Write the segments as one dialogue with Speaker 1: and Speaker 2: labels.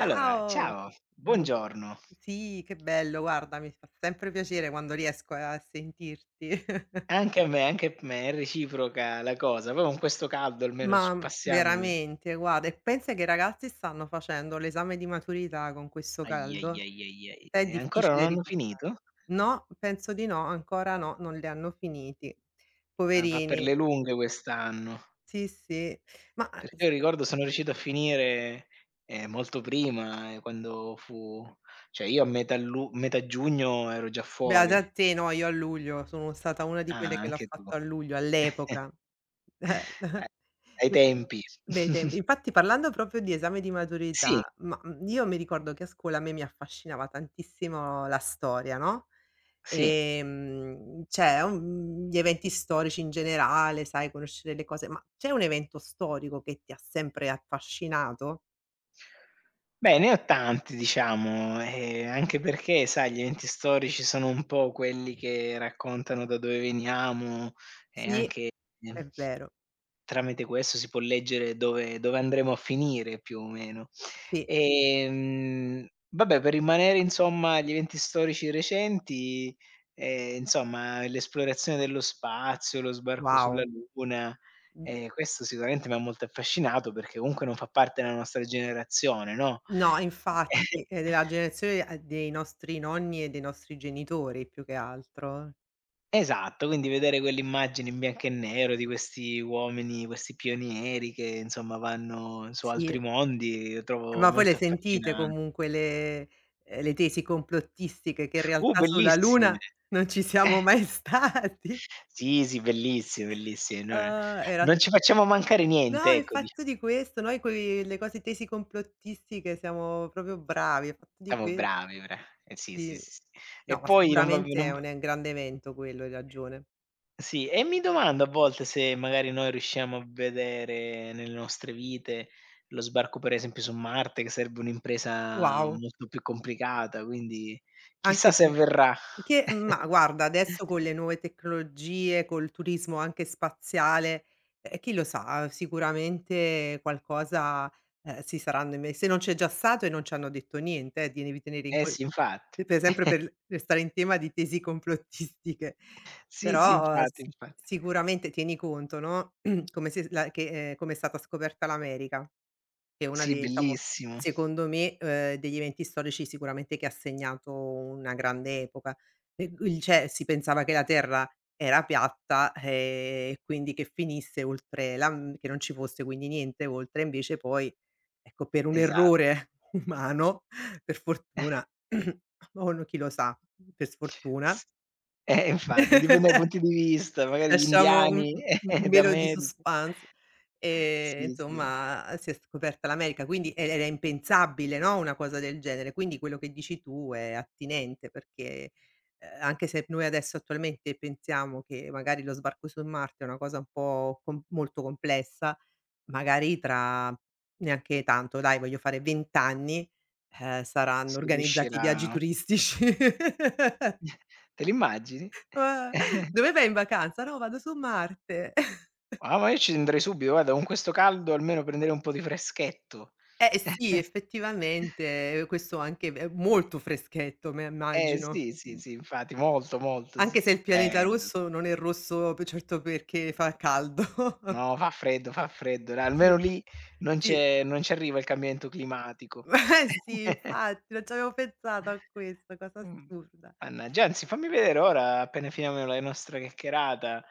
Speaker 1: Allora, ciao,
Speaker 2: Buon
Speaker 1: buongiorno.
Speaker 2: Sì, che bello, guarda, mi fa sempre piacere quando riesco a sentirti.
Speaker 1: Anche a me, è reciproca la cosa. Poi con questo caldo almeno
Speaker 2: Ma,
Speaker 1: ci passiamo.
Speaker 2: veramente, guarda, e pensa che i ragazzi stanno facendo l'esame di maturità con questo
Speaker 1: Ahi, ahi,
Speaker 2: caldo,
Speaker 1: ahi, ahi, ahi.
Speaker 2: è
Speaker 1: E ancora non
Speaker 2: difficile
Speaker 1: hanno
Speaker 2: ripassare.
Speaker 1: finito?
Speaker 2: No, penso di no, ancora no, non li hanno finiti.
Speaker 1: Ah, va per
Speaker 2: Poverini.
Speaker 1: le lunghe quest'anno,
Speaker 2: Sì, sì. Ma,
Speaker 1: perché
Speaker 2: s
Speaker 1: io ricordo sono riuscito a finire, molto prima, quando fu cioè io a metà giugno ero già
Speaker 2: Beata
Speaker 1: fuori.
Speaker 2: a te, no, io a luglio sono stata una di quelle
Speaker 1: Ah,
Speaker 2: che l'ha
Speaker 1: anche tu.
Speaker 2: fatto a luglio, all'epoca.
Speaker 1: Ai
Speaker 2: Eh.
Speaker 1: tempi.
Speaker 2: Bei tempi. Infatti parlando proprio di esame di
Speaker 1: Sì,
Speaker 2: maturità, ma, io mi ricordo che a scuola a me mi affascinava tantissimo la storia, no,
Speaker 1: sì.
Speaker 2: cioè, gli eventi storici in generale, sai, conoscere le cose, ma c'è un evento storico che ti ha sempre affascinato?
Speaker 1: Beh, ne ho tanti diciamo, anche perché sai gli eventi storici sono un po' quelli che raccontano da dove veniamo e
Speaker 2: Sì,
Speaker 1: anche, ehm,
Speaker 2: è vero.
Speaker 1: tramite questo si può leggere dove andremo a finire più o meno.
Speaker 2: Sì,
Speaker 1: Vabbè per rimanere insomma agli eventi storici recenti, insomma l'esplorazione dello spazio, lo sbarco sulla
Speaker 2: wow.
Speaker 1: Luna,
Speaker 2: Mhmm,
Speaker 1: e questo sicuramente m'ha molto affascinato perché comunque non fa parte della nostra generazione, no.
Speaker 2: no, infatti, è della generazione, dei nostri nonni e dei nostri genitori più che altro.
Speaker 1: Esatto, quindi vedere quelle immagini in bianco e nero di questi uomini, questi pionieri che insomma vanno su altri
Speaker 2: Sì.
Speaker 1: mondi, lo trovo
Speaker 2: Ma poi le
Speaker 1: molto
Speaker 2: sentite
Speaker 1: affascinan.
Speaker 2: comunque le tesi complottistiche che in realtà sulla
Speaker 1: Bellissime.
Speaker 2: Luna non ci siamo mai stati?
Speaker 1: Sì, sì, bellissime, bellissime. No,
Speaker 2: Ah, era
Speaker 1: non ci facciamo mancare
Speaker 2: No,
Speaker 1: niente,
Speaker 2: è
Speaker 1: ecco, dicia
Speaker 2: fatto di questo, noi coi le cose tesi complottistiche siamo proprio bravi, è fatto di
Speaker 1: siamo
Speaker 2: que
Speaker 1: bravi, bra eh sì, sì,
Speaker 2: sì.
Speaker 1: sì, sì. E
Speaker 2: No, ma
Speaker 1: poi non va
Speaker 2: sicuramente
Speaker 1: non
Speaker 2: è un
Speaker 1: va
Speaker 2: è un grande evento quello, hai ragione.
Speaker 1: Sì, e mi domando a volte se magari noi riusciamo a vedere nelle nostre vite lo sbarco, per esempio, su Marte, che sarebbe un'impresa
Speaker 2: Wow,
Speaker 1: molto più complicata, quindi chissà
Speaker 2: anche
Speaker 1: se
Speaker 2: pe
Speaker 1: avverrà.
Speaker 2: Che ma guarda, adesso con le nuove tecnologie, col turismo anche spaziale, chi lo sa, sicuramente qualcosa, si saranno inve se non c'è già stato e non ci hanno detto niente, di devi tenere in
Speaker 1: Eh
Speaker 2: que
Speaker 1: sì, infatti.
Speaker 2: per sempre per stare in tema di tesi complottistiche.
Speaker 1: Sì, sì,
Speaker 2: Però
Speaker 1: infatti,
Speaker 2: s
Speaker 1: infatti.
Speaker 2: sicuramente tieni conto, no, come se la che come è stata scoperta l'America. Che è una
Speaker 1: Sì,
Speaker 2: dei diciamo,
Speaker 1: bellissimo.
Speaker 2: secondo me, degli eventi storici sicuramente che ha segnato una grande epoca. E il Cioè, si pensava che la terra era piatta, e quindi che finisse oltre che non ci fosse quindi niente oltre, invece poi, ecco, per un
Speaker 1: Esatto.
Speaker 2: errore umano, per fortuna, o no chi lo sa, per sfortuna.
Speaker 1: S infatti, dipende dai punti di vista, magari gli
Speaker 2: Lasciamo un
Speaker 1: indiani
Speaker 2: un un velo di
Speaker 1: d'America.
Speaker 2: suspense.
Speaker 1: Sì, sì,
Speaker 2: Insomma, si è scoperta l'America, quindi era impensabile, no, una cosa del genere. Quindi quello che dici tu è attinente perché, anche se noi adesso attualmente pensiamo che magari lo sbarco su Marte è una cosa un po' com molto complessa, magari tra neanche tanto, dai, voglio fare 20 anni, saranno
Speaker 1: si
Speaker 2: organizzati viaggi
Speaker 1: riuscirà.
Speaker 2: turistici.
Speaker 1: Te l'immagini?
Speaker 2: "Ah, dove vai in vacanza?" "No, vado su Marte."
Speaker 1: Ah, ma io ci andrei subito, guarda, con questo caldo almeno prenderei un po' di freschetto.
Speaker 2: Eh sì, effettivamente, questo anche è molto freschetto, me
Speaker 1: Eh
Speaker 2: immagino.
Speaker 1: sì, sì, sì, infatti, molto, molto, sì,
Speaker 2: Anche se
Speaker 1: sì,
Speaker 2: il pianeta
Speaker 1: bello.
Speaker 2: rosso non è rosso pe certo perché fa caldo.
Speaker 1: No, fa freddo, dai, almeno
Speaker 2: Sì,
Speaker 1: lì
Speaker 2: sì,
Speaker 1: non ci arriva il cambiamento climatico.
Speaker 2: eh sì, infatti, non ci avevo pensato a questo, cosa
Speaker 1: Mh.
Speaker 2: assurda.
Speaker 1: Mannaggia, anzi fammi vedere ora, appena finiamo la nostra chiacchierata,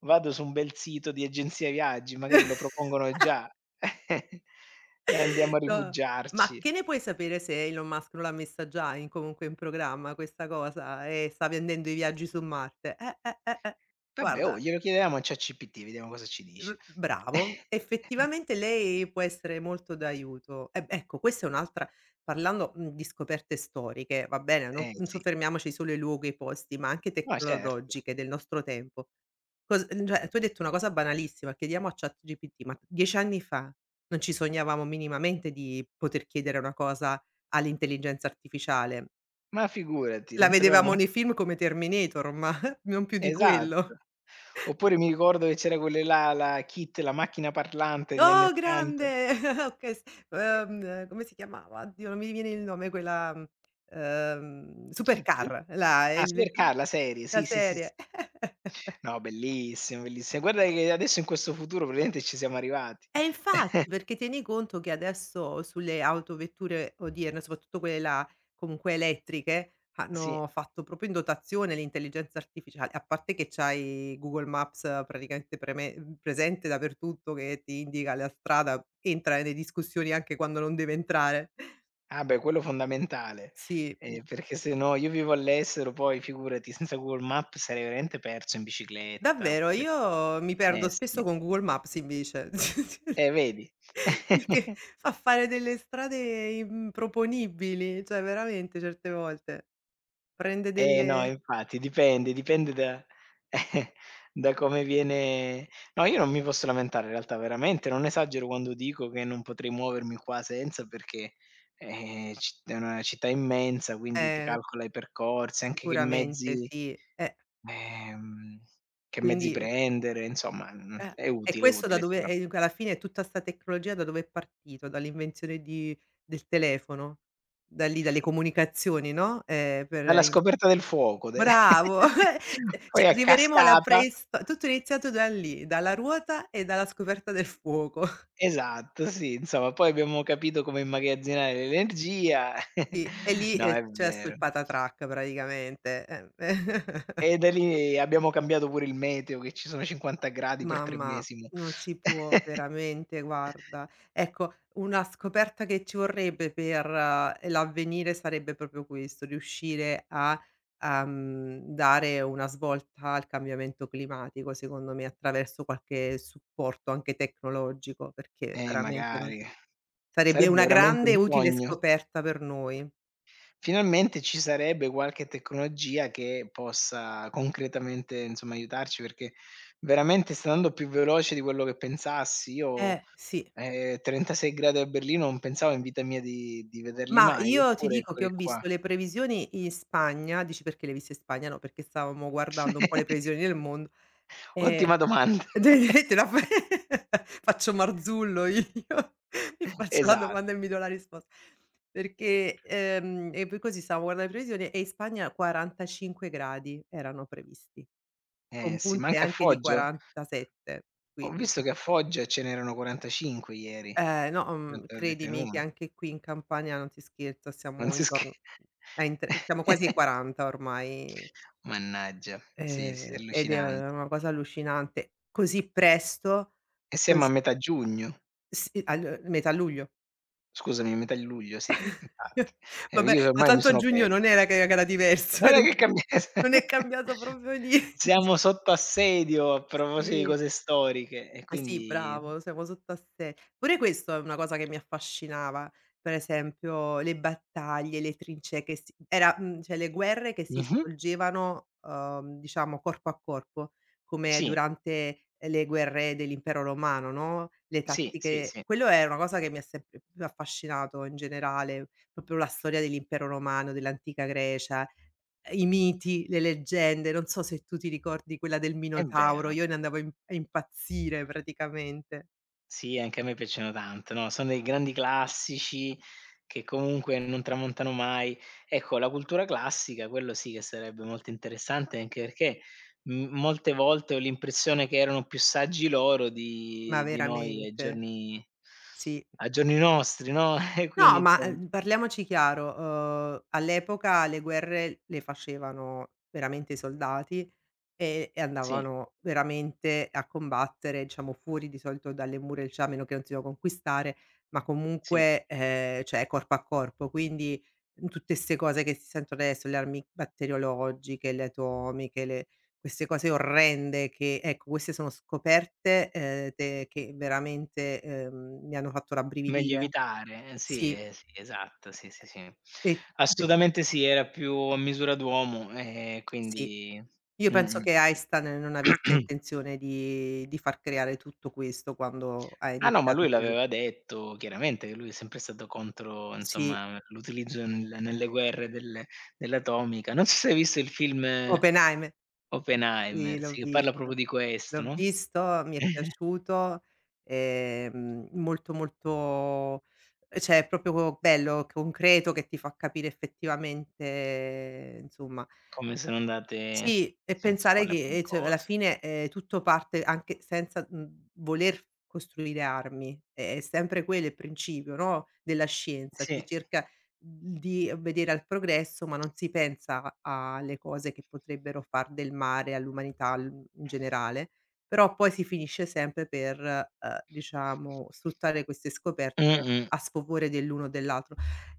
Speaker 1: vado su un bel sito di agenzia viaggi, magari lo propongono già e andiamo a
Speaker 2: No, ma
Speaker 1: rifugiarci.
Speaker 2: che ne puoi sapere se Elon Musk non l'ha messa già in comunque in programma questa cosa e sta vendendo i viaggi su Marte?
Speaker 1: Vabbè, oh,
Speaker 2: Guarda,
Speaker 1: glielo chiediamo a ChatGPT, vediamo cosa ci
Speaker 2: L
Speaker 1: dice.
Speaker 2: bravo, effettivamente lei può essere molto d'aiuto. E b Ecco, questa è un'altra parlando, di scoperte storiche, va bene, non
Speaker 1: Eh
Speaker 2: non
Speaker 1: sì,
Speaker 2: soffermiamoci solo ai luoghi e ai posti, ma anche
Speaker 1: ma certo,
Speaker 2: tecnologiche del nostro tempo. Cioè, tu hai detto una cosa banalissima, chiediamo a ChatGPT, ma 10 anni fa non ci sognavamo minimamente di poter chiedere una cosa all'intelligenza artificiale.
Speaker 1: ma figurati,
Speaker 2: La
Speaker 1: non sapevo
Speaker 2: vedevamo
Speaker 1: neanche.
Speaker 2: nei film come Terminator, ma non più di quello.
Speaker 1: Esatto. Oppure mi ricordo che c'era quelle là, la Kit, la macchina parlante degli anni
Speaker 2: Oh, grande!
Speaker 1: '80.
Speaker 2: Okay s
Speaker 1: Ehm,
Speaker 2: come si chiamava? Oddio non mi viene il nome quella
Speaker 1: Kit?
Speaker 2: Supercar,
Speaker 1: Ah, Supercar, la serie,
Speaker 2: la
Speaker 1: sì, sì, sì, sì.
Speaker 2: serie.
Speaker 1: No, bellissimo, bellissi guarda che adesso in questo futuro praticamente ci siamo arrivati.
Speaker 2: Eh, infatti, perché tieni conto che adesso sulle autovetture odierne, soprattutto quelle là comunque elettriche,
Speaker 1: Sì.
Speaker 2: hanno fatto proprio in dotazione l'intelligenza artificiale, a parte che c'hai Google Maps praticamente presente dappertutto che ti indica la strada, entra nelle discussioni anche quando non deve entrare.
Speaker 1: Ah beh, quello fondamentale,
Speaker 2: Sì.
Speaker 1: perché se no io vivo all'estero, poi figurati senza Google Maps sarei veramente perso in bicicletta
Speaker 2: Davvero,
Speaker 1: oppure
Speaker 2: io mi
Speaker 1: eh
Speaker 2: perdo spesso
Speaker 1: sì,
Speaker 2: con Google Maps invece,
Speaker 1: vedi.
Speaker 2: perché fa fare delle strade improponibili, cioè veramente certe volte. Prende
Speaker 1: Eh no,
Speaker 2: delle
Speaker 1: infatti dipende, dipende da da come viene. No, io non mi posso lamentare in realtà, veramente, non esagero quando dico che non potrei muovermi qua senza perché, ci è una città immensa, quindi ti
Speaker 2: eh,
Speaker 1: calcola i percorsi, anche che
Speaker 2: Sicuramente
Speaker 1: mezzi
Speaker 2: sì,
Speaker 1: ehm, che mezzi
Speaker 2: quindi
Speaker 1: prendere, insomma,
Speaker 2: è
Speaker 1: è
Speaker 2: questo da
Speaker 1: utile
Speaker 2: dove
Speaker 1: sicura
Speaker 2: è alla fine è tutta 'sta tecnologia da dove è partito, dall'invenzione di del telefono, da lì, dalle comunicazioni, no, per
Speaker 1: dalla scoperta del fuoco. De
Speaker 2: Bravo,
Speaker 1: Poi
Speaker 2: cioè
Speaker 1: a
Speaker 2: arriveremo alla
Speaker 1: cascata.
Speaker 2: preisto tutto è iniziato da lì, dalla ruota e dalla scoperta del fuoco.
Speaker 1: Esatto, sì, insomma poi abbiamo capito come immagazzinare l'energia.
Speaker 2: Sì, e lì
Speaker 1: No,
Speaker 2: è
Speaker 1: è
Speaker 2: successo
Speaker 1: vero.
Speaker 2: il patatrac praticamente.
Speaker 1: E da lì abbiamo cambiato pure il meteo, che ci sono 50 gradi per 3
Speaker 2: Mamma,
Speaker 1: mesi mo.
Speaker 2: non si può veramente, guarda. Ecco, una scoperta che ci vorrebbe per l'avvenire sarebbe proprio questo, riuscire a, dare una svolta al cambiamento climatico, secondo me, attraverso qualche supporto anche tecnologico, perché veramente non
Speaker 1: Magari.
Speaker 2: sarebbe
Speaker 1: Sarebbe
Speaker 2: una
Speaker 1: veramente
Speaker 2: grande
Speaker 1: un
Speaker 2: e utile
Speaker 1: sogno.
Speaker 2: scoperta per noi.
Speaker 1: Finalmente ci sarebbe qualche tecnologia che possa concretamente, insomma, aiutarci, perché veramente sta andando più veloce di quello che pensassi. Io
Speaker 2: Sì.
Speaker 1: 36 gradi a Berlino non pensavo in vita mia di vederli
Speaker 2: Ma
Speaker 1: mai,
Speaker 2: io ti
Speaker 1: eppure
Speaker 2: dico che
Speaker 1: eccoli
Speaker 2: ho
Speaker 1: qua.
Speaker 2: visto le previsioni in Spagna dici: "Perché le hai viste in Spagna?" No, perché stavamo guardando un po' le previsioni del mondo. Ehm,
Speaker 1: Ottima domanda.
Speaker 2: de te la fa faccio Marzullo io, mi faccio la
Speaker 1: Esatto.
Speaker 2: domanda e mi do la risposta. Perché, e poi così stavo guardando le previsioni e in Spagna 45 gradi erano previsti, con
Speaker 1: Eh sì, ma
Speaker 2: punte
Speaker 1: anche a
Speaker 2: anche di
Speaker 1: Foggio?
Speaker 2: 47,
Speaker 1: Ho
Speaker 2: quindi
Speaker 1: visto che a Foggia ce n'erano 45 ieri.
Speaker 2: no,
Speaker 1: Non te l'ho detto in
Speaker 2: credimi che
Speaker 1: una.
Speaker 2: anche qui in Campania, non ti scherzo,
Speaker 1: Non
Speaker 2: siamo
Speaker 1: si sche
Speaker 2: intorno a in tre siamo quasi ai 40 ormai,
Speaker 1: Mannaggia. Sì, sì, è
Speaker 2: ed è
Speaker 1: allucinante.
Speaker 2: una cosa allucinante. Così presto,
Speaker 1: E siamo a
Speaker 2: così
Speaker 1: metà giugno.
Speaker 2: Sì, al metà luglio.
Speaker 1: Scusami, a metà luglio, sì, infatti.
Speaker 2: Vabbè,
Speaker 1: Io
Speaker 2: ma
Speaker 1: ormai mi
Speaker 2: tanto a
Speaker 1: sono
Speaker 2: giugno
Speaker 1: perso.
Speaker 2: non era che era diverso,
Speaker 1: Non è
Speaker 2: era
Speaker 1: che
Speaker 2: più
Speaker 1: cambia.
Speaker 2: non è cambiato proprio. Nie
Speaker 1: Siamo sotto assedio a proposito di
Speaker 2: Sì.
Speaker 1: cose storiche e
Speaker 2: Eh sì,
Speaker 1: quindi
Speaker 2: bravo, siamo sotto assedio. Pure questo è una cosa che mi affascinava, per esempio le battaglie, le trincee che si era mhmm, cioè le guerre che si
Speaker 1: mh-mh.
Speaker 2: svolgevano, diciamo corpo a corpo, come
Speaker 1: Sì,
Speaker 2: durante le guerre dell'Impero Romano, no, le
Speaker 1: sì, sì,
Speaker 2: tattiche
Speaker 1: sì,
Speaker 2: quello è una cosa che mi ha sempre più affascinato in generale, proprio la storia dell'Impero Romano, dell'antica Grecia. I miti, le leggende, non so se tu ti ricordi quella del
Speaker 1: è
Speaker 2: Minotauro,
Speaker 1: vero.
Speaker 2: io ne andavo a impazzire praticamente,
Speaker 1: Sì, anche a me piacciono tanto, no, sono dei grandi classici che comunque non tramontano mai. Ecco, la cultura classica, quello sì che sarebbe molto interessante, anche perché m molte volte ho l'impressione che erano più saggi loro
Speaker 2: ma
Speaker 1: di noi
Speaker 2: veramente, sì.
Speaker 1: ai giorni nostri, no, e quindi
Speaker 2: No, ma,
Speaker 1: insomma.
Speaker 2: parliamoci chiaro, all'epoca le guerre le facevano veramente i soldati. E
Speaker 1: Sì,
Speaker 2: andavano veramente a combattere, diciamo, fuori di solito dalle mura, cioè a meno che non si doveva conquistare, ma
Speaker 1: sì,
Speaker 2: comunque, cioè corpo a corpo. Quindi, tutte 'ste cose che si sentono adesso, le armi batteriologiche, le atomiche, le queste cose orrende che ecco, queste sono scoperte, te che veramente, mi hanno fatto
Speaker 1: meglio
Speaker 2: rabbrividire.
Speaker 1: evitare,
Speaker 2: Sì,
Speaker 1: eh sì, esatto, sì, sì, sì.
Speaker 2: e d
Speaker 1: Assolutamente sì, era più a misura d'uomo,
Speaker 2: sì.
Speaker 1: quindi
Speaker 2: Io penso
Speaker 1: mh-mh.
Speaker 2: che Einstein non avesse intenzione di far creare tutto questo quando ha
Speaker 1: Ah no, ma
Speaker 2: iniziato a
Speaker 1: lui
Speaker 2: creare.
Speaker 1: l'aveva detto chiaramente, che lui è sempre stato contro,
Speaker 2: Sì,
Speaker 1: insomma, l'utilizzo nelle guerre dell'atomica. Non so se hai visto il film
Speaker 2: Oppenheimer. Sì,
Speaker 1: Oppenheimer,
Speaker 2: l'ho
Speaker 1: sì, che parla
Speaker 2: visto.
Speaker 1: proprio di questo,
Speaker 2: L'ho
Speaker 1: no,
Speaker 2: visto, mi è piaciuto, molto, molto, cioè è proprio bello, concreto, che ti fa capire effettivamente, insomma.
Speaker 1: come sono andate
Speaker 2: Sì, e
Speaker 1: sì, insomma,
Speaker 2: pensare
Speaker 1: le
Speaker 2: che, cioè alla
Speaker 1: cose.
Speaker 2: fine, tutto parte anche senza, voler costruire armi. È sempre quello il principio, no, della scienza. Si
Speaker 1: Sì.
Speaker 2: cerca di obbedire al progresso, ma non si pensa a alle cose che potrebbero far del male all'umanità l in generale, però poi si finisce sempre per, diciamo sfruttare queste scoperte
Speaker 1: Mh-mh.
Speaker 2: a sfavore dell'uno o dell'altro.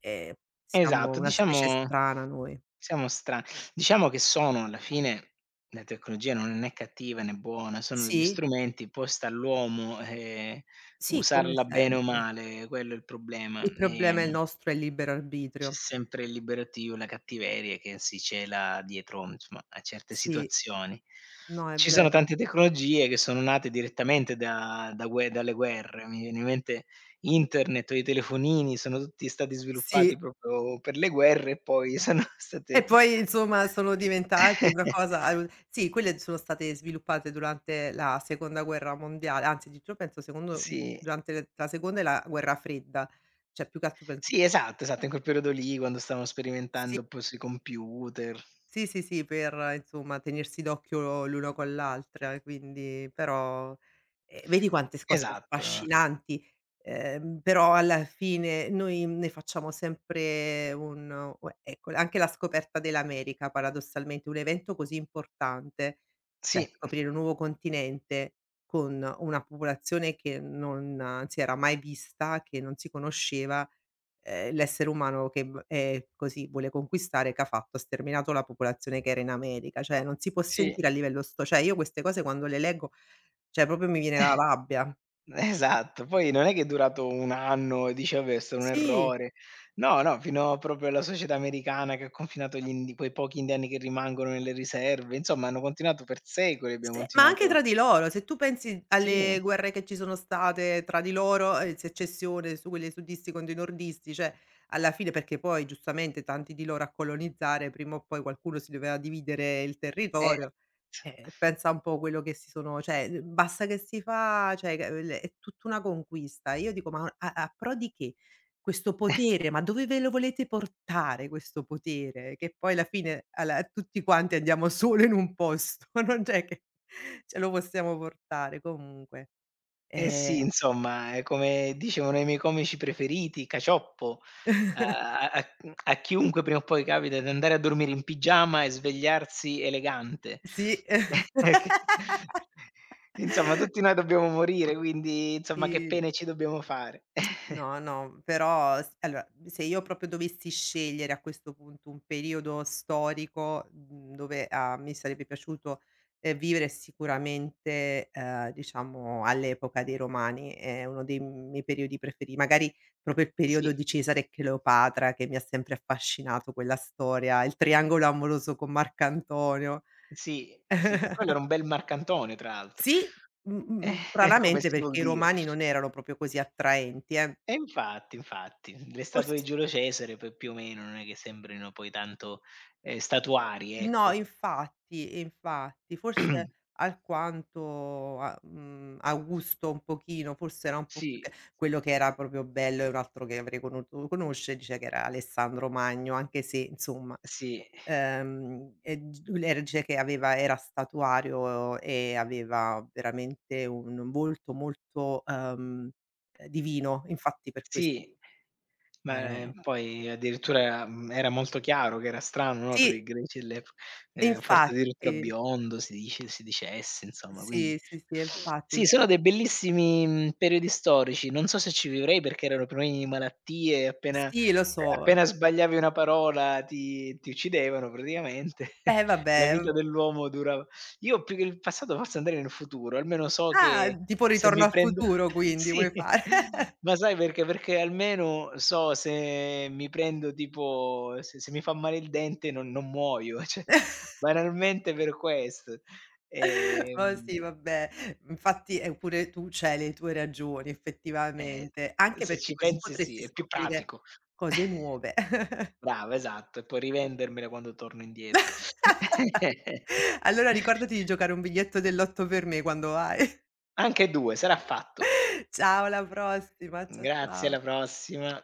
Speaker 2: Ehm, siamo
Speaker 1: Esatto,
Speaker 2: una specie
Speaker 1: diciamo
Speaker 2: strana noi.
Speaker 1: siamo stra diciamo che sono alla fine la tecnologia non è né cattiva né buona, sono degli
Speaker 2: Sì.
Speaker 1: strumenti, poi sta all'uomo,
Speaker 2: Sì, come
Speaker 1: usarla bene o
Speaker 2: sempre.
Speaker 1: male, quello è il problema.
Speaker 2: Il problema è il
Speaker 1: Ehm
Speaker 2: nostro è il libero
Speaker 1: c'è
Speaker 2: arbitrio.
Speaker 1: sempre il liberatoio, la cattiveria che si cela dietro, insomma, a certe
Speaker 2: Sì,
Speaker 1: situazioni.
Speaker 2: no, è
Speaker 1: Ci sono
Speaker 2: vero.
Speaker 1: tante tecnologie che sono nate direttamente da da gue dalle guerre. Mi viene in mente internet o i telefonini, sono tutti stati sviluppati
Speaker 2: Sì,
Speaker 1: proprio per le guerre e poi sono
Speaker 2: e
Speaker 1: state.
Speaker 2: poi insomma sono diventati una cosa al sì, quelle sono state sviluppate durante la Seconda Guerra Mondiale, anzi, di più penso secondo
Speaker 1: Sì.
Speaker 2: durante la Seconda e la Guerra Fredda, cioè più che altro penso.
Speaker 1: Sì, esatto, esatto, in quel periodo lì quando stavano sperimentando poi sui computer.
Speaker 2: Sì, sì, sì, per insomma tenersi d'occhio l'una con l'altra, quindi però vedi quante s cose
Speaker 1: Esatto.
Speaker 2: affascinanti, però alla fine noi ne facciamo sempre un ecco, anche la scoperta dell'America paradossalmente, un evento così importante,
Speaker 1: Sì,
Speaker 2: cioè scoprire un nuovo continente con una popolazione che non si era mai vista, che non si conosceva, l'essere umano che v così vuole conquistare che ha fatto? Ha sterminato la popolazione che era in America, cioè non si può
Speaker 1: sì.
Speaker 2: sentire a livello sto cioè io queste cose quando le leggo, cioè proprio mi viene la rabbia.
Speaker 1: Esatto, poi non è che è durato 1 anno e dici: "Vabbè, è stato un
Speaker 2: Sì.
Speaker 1: errore." No, no, fino proprio alla società americana che ha confinato gli indi quei pochi indiani che rimangono nelle riserve, insomma hanno continuato per secoli, abbiamo
Speaker 2: Se Ma anche
Speaker 1: continuato
Speaker 2: tra di loro, se tu pensi alle
Speaker 1: sì,
Speaker 2: guerre che ci sono state tra di loro, secessione su quelli sudisti contro i nordisti, cioè alla fine perché poi giustamente tanti di loro a colonizzare prima o poi qualcuno si doveva dividere il
Speaker 1: e
Speaker 2: territorio, pensa un po' quello che si sono cioè, basta che si fa cioè che l è tutta una conquista. Io dico: "Ma a pro di che? Questo potere, ma dove ve lo volete portare questo potere?" Che poi alla fine alla tutti quanti andiamo solo in un posto, non c'è che Ce lo possiamo portare comunque.
Speaker 1: eh sì,
Speaker 2: Ehm,
Speaker 1: insomma, è come dicevano i miei comici preferiti, Cacioppo, a chiunque prima o poi capita di andare a dormire in pigiama e svegliarsi elegante.
Speaker 2: sì.
Speaker 1: Insomma, tutti noi dobbiamo morire, quindi insomma che
Speaker 2: Sì.
Speaker 1: pene ci dobbiamo fare.
Speaker 2: No, no, però s allora, se io proprio dovessi scegliere a questo punto un periodo storico, dove a mi sarebbe piaciuto, vivere sicuramente, diciamo all'epoca dei Romani, è uno dei miei periodi preferi magari proprio il periodo
Speaker 1: Sì.
Speaker 2: di Cesare e Cleopatra che mi ha sempre affascinato quella storia, il triangolo amoroso con Marcantonio.
Speaker 1: Sì, sì, che quello era un bel Marcantonio tra l'altro.
Speaker 2: Sì,
Speaker 1: Come
Speaker 2: stranamente
Speaker 1: si suol
Speaker 2: perché i
Speaker 1: dire.
Speaker 2: romani non erano proprio così attraenti, eh.
Speaker 1: E infatti, infatti, le statue di
Speaker 2: Forse
Speaker 1: Giulio Cesare poi più o meno non è che sembrino poi tanto, statuarie,
Speaker 2: No,
Speaker 1: ecco.
Speaker 2: infatti, infatti, forse alquanto Augusto un pochino, forse era un po' più
Speaker 1: Sì.
Speaker 2: che quello che era proprio bello, e un altro che avrei conosciuto conosce dice che era Alessandro Magno, anche se insomma,
Speaker 1: Sì,
Speaker 2: e d legge che aveva era statuario e aveva veramente un volto molto, divino, infatti per questo.
Speaker 1: sì. Ma,
Speaker 2: Eh,
Speaker 1: poi addirittura, era molto chiaro che era strano, no, per i
Speaker 2: sì,
Speaker 1: greci dell'epo forse addirittura
Speaker 2: infatti.
Speaker 1: biondo si dicesse insomma, quindi
Speaker 2: Sì, sì, sì, e
Speaker 1: sì,
Speaker 2: infatti.
Speaker 1: sono dei bellissimi, periodi storici. Non so se ci vivrei perché erano pieni di malattie, appena
Speaker 2: Sì, lo so.
Speaker 1: appena sbagliavi una parola ti uccidevano praticamente. La
Speaker 2: Vabbè,
Speaker 1: vita
Speaker 2: mhmm
Speaker 1: dell'uomo durava. Io più che il passato forse andrei nel futuro, almeno so
Speaker 2: ah,
Speaker 1: che
Speaker 2: tipo
Speaker 1: se
Speaker 2: Ritorno
Speaker 1: mi
Speaker 2: al
Speaker 1: prendo
Speaker 2: futuro quindi
Speaker 1: sì,
Speaker 2: vuoi fare?
Speaker 1: ma sai perché? Perché almeno so se mi prendo tipo se mi fa male il dente non muoio, cioè banalmente per questo.
Speaker 2: Ma
Speaker 1: Ehm,
Speaker 2: sì, vabbè. Infatti, pure tu c'hai le tue ragioni
Speaker 1: eh,
Speaker 2: effettivamente, anche
Speaker 1: se
Speaker 2: perché
Speaker 1: ci
Speaker 2: così
Speaker 1: pensi sì,
Speaker 2: potresti
Speaker 1: è più
Speaker 2: scoprire
Speaker 1: pratico.
Speaker 2: cose nuove.
Speaker 1: Brava, esatto, e poi rivendermela quando torno indietro.
Speaker 2: Allora ricordati di giocare un biglietto dell'8 per me quando vai.
Speaker 1: Anche 2, sarà fatto.
Speaker 2: Ciao, alla prossima.
Speaker 1: Grazie,
Speaker 2: Ciao.
Speaker 1: alla prossima.